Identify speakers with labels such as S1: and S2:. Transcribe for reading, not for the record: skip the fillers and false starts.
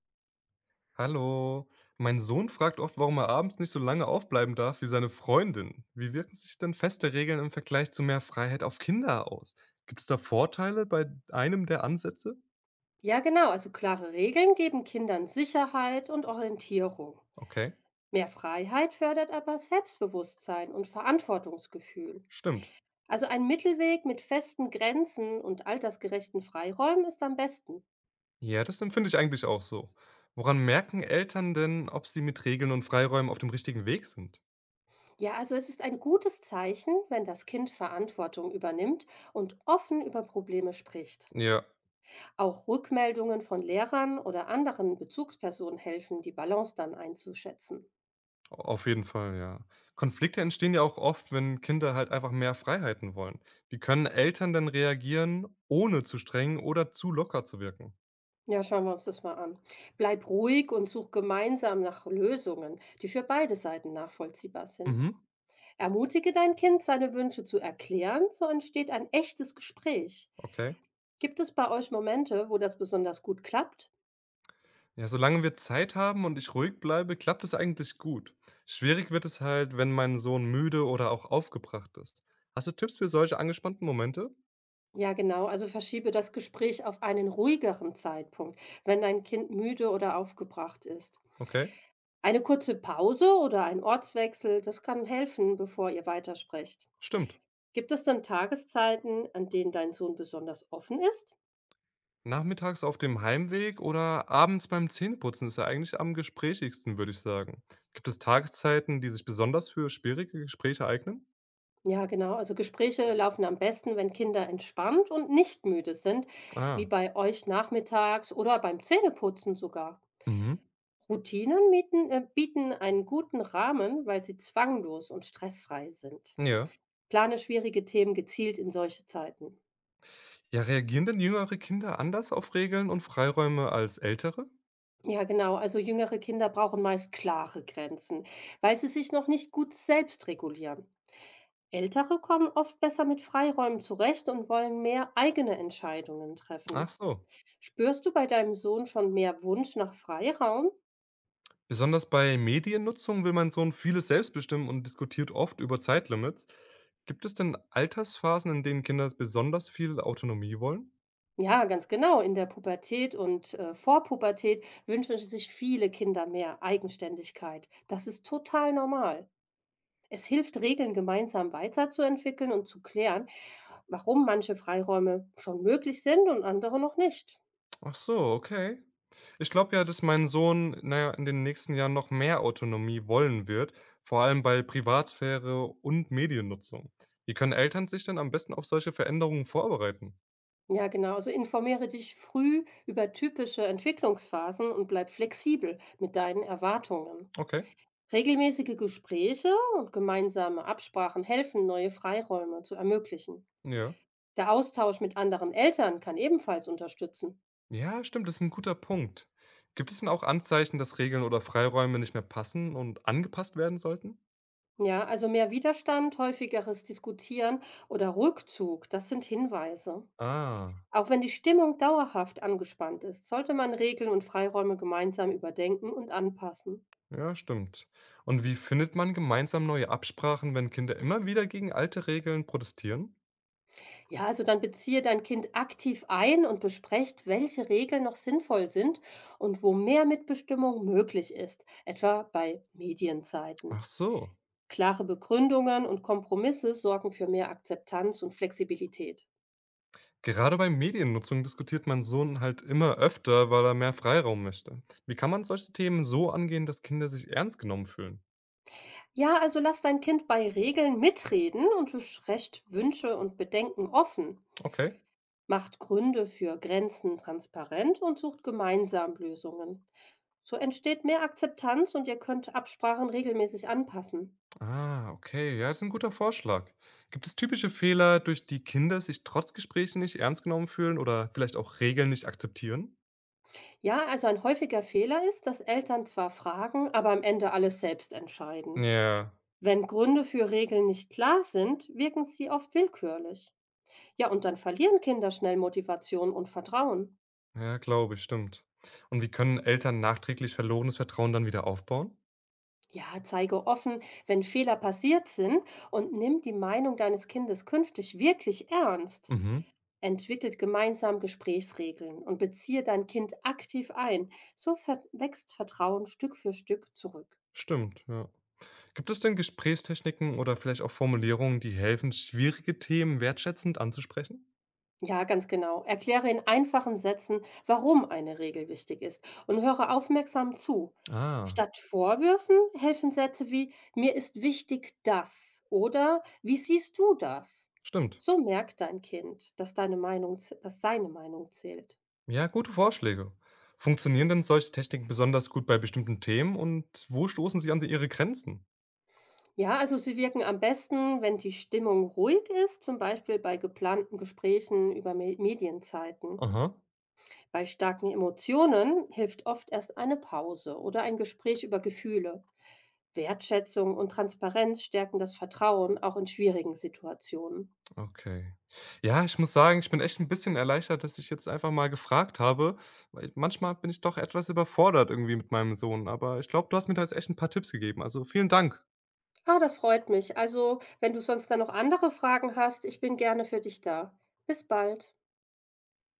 S1: Hallo. Mein Sohn fragt oft, warum er abends nicht so lange aufbleiben darf wie seine Freundin. Wie wirken sich denn feste Regeln im Vergleich zu mehr Freiheit auf Kinder aus? Gibt es da Vorteile bei einem der Ansätze?
S2: Ja, genau. Also klare Regeln geben Kindern Sicherheit und Orientierung.
S1: Okay,
S2: Mehr Freiheit fördert aber Selbstbewusstsein und Verantwortungsgefühl.
S1: stimmt.
S2: Also ein Mittelweg mit festen Grenzen und altersgerechten Freiräumen ist am besten.
S1: Ja, das empfinde ich eigentlich auch so. Woran merken Eltern denn, ob sie mit Regeln und Freiräumen auf dem richtigen Weg sind?
S2: Ja, also es ist ein gutes Zeichen, wenn das Kind Verantwortung übernimmt und offen über Probleme spricht.
S1: Ja,
S2: Auch Rückmeldungen von Lehrern oder anderen Bezugspersonen helfen, die Balance dann einzuschätzen.
S1: auf jeden Fall, ja. Konflikte entstehen ja auch oft, wenn Kinder halt einfach mehr Freiheiten wollen. Wie können Eltern denn reagieren, ohne zu streng oder zu locker zu wirken?
S2: Ja, schauen wir uns das mal an. Bleib ruhig und such gemeinsam nach Lösungen, die für beide Seiten nachvollziehbar sind.
S1: Mhm,
S2: Ermutige dein Kind, seine Wünsche zu erklären, so entsteht ein echtes Gespräch.
S1: okay.
S2: Gibt es bei euch Momente, wo das besonders gut klappt?
S1: Ja, solange wir Zeit haben und ich ruhig bleibe, klappt es eigentlich gut. Schwierig wird es halt, wenn mein Sohn müde oder auch aufgebracht ist. Hast du Tipps für solche angespannten Momente?
S2: Ja, genau, also verschiebe das Gespräch auf einen ruhigeren Zeitpunkt, wenn dein Kind müde oder aufgebracht ist.
S1: Okay,
S2: Eine kurze Pause oder ein Ortswechsel, das kann helfen, bevor ihr weitersprecht.
S1: stimmt.
S2: Gibt es denn Tageszeiten, an denen dein Sohn besonders offen ist?
S1: Nachmittags auf dem Heimweg oder abends beim Zähneputzen ist er eigentlich am gesprächigsten, würde ich sagen. Gibt es Tageszeiten, die sich besonders für schwierige Gespräche eignen?
S2: Ja, genau. Also Gespräche laufen am besten, wenn Kinder entspannt und nicht müde sind, wie
S1: Ah,
S2: bei euch nachmittags oder beim Zähneputzen sogar.
S1: mhm.
S2: Routinen mieten, bieten einen guten Rahmen, weil sie zwanglos und stressfrei sind.
S1: Ja.
S2: Plane schwierige Themen gezielt in solche Zeiten.
S1: Ja, reagieren denn jüngere Kinder anders auf Regeln und Freiräume als ältere?
S2: Ja, genau. Also jüngere Kinder brauchen meist klare Grenzen, weil sie sich noch nicht gut selbst regulieren. Ältere kommen oft besser mit Freiräumen zurecht und wollen mehr eigene Entscheidungen
S1: Ach
S2: treffen.
S1: so.
S2: Spürst du bei deinem Sohn schon mehr Wunsch nach Freiraum?
S1: Besonders bei Mediennutzung will mein Sohn vieles selbst bestimmen und diskutiert oft über Zeitlimits. Gibt es denn Altersphasen, in denen Kinder besonders viel Autonomie wollen?
S2: Ja, ganz genau. In der Pubertät und Vorpubertät wünschen sich viele Kinder mehr Eigenständigkeit. Das ist total normal. Es hilft, Regeln gemeinsam weiterzuentwickeln und zu klären, warum manche Freiräume schon möglich sind und andere noch nicht.
S1: Ach so, okay. Ich glaube ja, dass mein Sohn, naja, in den nächsten Jahren noch mehr Autonomie wollen wird, vor allem bei Privatsphäre und Mediennutzung. Wie können Eltern sich denn am besten auf solche Veränderungen vorbereiten?
S2: Ja, genau. Also informiere dich früh über typische Entwicklungsphasen und bleib flexibel mit deinen Erwartungen.
S1: Okay,
S2: Regelmäßige Gespräche und gemeinsame Absprachen helfen, neue Freiräume zu ermöglichen.
S1: ja.
S2: Der Austausch mit anderen Eltern kann ebenfalls unterstützen.
S1: Ja, stimmt, das ist ein guter Punkt. Gibt es denn auch Anzeichen, dass Regeln oder Freiräume nicht mehr passen und angepasst werden sollten?
S2: Ja, also mehr Widerstand, häufigeres Diskutieren oder Rückzug, das sind Hinweise.
S1: Ah,
S2: Auch wenn die Stimmung dauerhaft angespannt ist, sollte man Regeln und Freiräume gemeinsam überdenken und anpassen.
S1: ja, stimmt. Und wie findet man gemeinsam neue Absprachen, wenn Kinder immer wieder gegen alte Regeln protestieren?
S2: Ja, also dann beziehe dein Kind aktiv ein und besprecht, welche Regeln noch sinnvoll sind und wo mehr Mitbestimmung möglich ist, etwa bei
S1: Ach
S2: Medienzeiten.
S1: so.
S2: Klare Begründungen und Kompromisse sorgen für mehr Akzeptanz und Flexibilität.
S1: Gerade bei Mediennutzung diskutiert mein Sohn halt immer öfter, weil er mehr Freiraum möchte. Wie kann man solche Themen so angehen, dass Kinder sich ernst genommen fühlen?
S2: Ja, also lass dein Kind bei Regeln mitreden und besprecht Wünsche und Bedenken offen,
S1: Okay.
S2: macht Gründe für Grenzen transparent und sucht gemeinsam Lösungen. So entsteht mehr Akzeptanz und ihr könnt Absprachen regelmäßig anpassen.
S1: Ah, okay. Ja, ist ein guter Vorschlag. Gibt es typische Fehler, durch die Kinder sich trotz Gesprächen nicht ernst genommen fühlen oder vielleicht auch Regeln nicht akzeptieren?
S2: Ja, also ein häufiger Fehler ist, dass Eltern zwar fragen, aber am Ende alles selbst entscheiden.
S1: Ja.
S2: Wenn Gründe für Regeln nicht klar sind, wirken sie oft willkürlich. Ja, und dann verlieren Kinder schnell Motivation und Vertrauen.
S1: Ja, glaube ich, stimmt. Und wie können Eltern nachträglich verlorenes Vertrauen dann wieder aufbauen?
S2: Ja, zeige offen, wenn Fehler passiert sind und nimm die Meinung deines Kindes künftig wirklich ernst.
S1: Mhm,
S2: Entwickelt gemeinsam Gesprächsregeln und beziehe dein Kind aktiv ein. So wächst Vertrauen Stück für Stück zurück.
S1: stimmt, ja. Gibt es denn Gesprächstechniken oder vielleicht auch Formulierungen, die helfen, schwierige Themen wertschätzend anzusprechen?
S2: Ja, ganz genau. Erkläre in einfachen Sätzen, warum eine Regel wichtig ist und höre aufmerksam zu.
S1: Ah,
S2: Statt Vorwürfen helfen Sätze wie mir ist wichtig das oder wie siehst du das?
S1: stimmt.
S2: So merkt dein Kind, dass seine Meinung zählt.
S1: Ja, gute Vorschläge. Funktionieren denn solche Techniken besonders gut bei bestimmten Themen und wo stoßen sie an ihre Grenzen?
S2: Ja, also sie wirken am besten, wenn die Stimmung ruhig ist, zum Beispiel bei geplanten Gesprächen über Medienzeiten.
S1: Aha.
S2: Bei starken Emotionen hilft oft erst eine Pause oder ein Gespräch über Gefühle. Wertschätzung und Transparenz stärken das Vertrauen auch in schwierigen Situationen.
S1: Okay. Ja, ich muss sagen, ich bin echt ein bisschen erleichtert, dass ich jetzt einfach mal gefragt habe, weil manchmal bin ich doch etwas überfordert irgendwie mit meinem Sohn, aber ich glaube, du hast mir da jetzt echt ein paar Tipps gegeben. Also, vielen Dank.
S2: Ah, das freut mich. Also, wenn du sonst dann noch andere Fragen hast, ich bin gerne für dich da. Bis bald.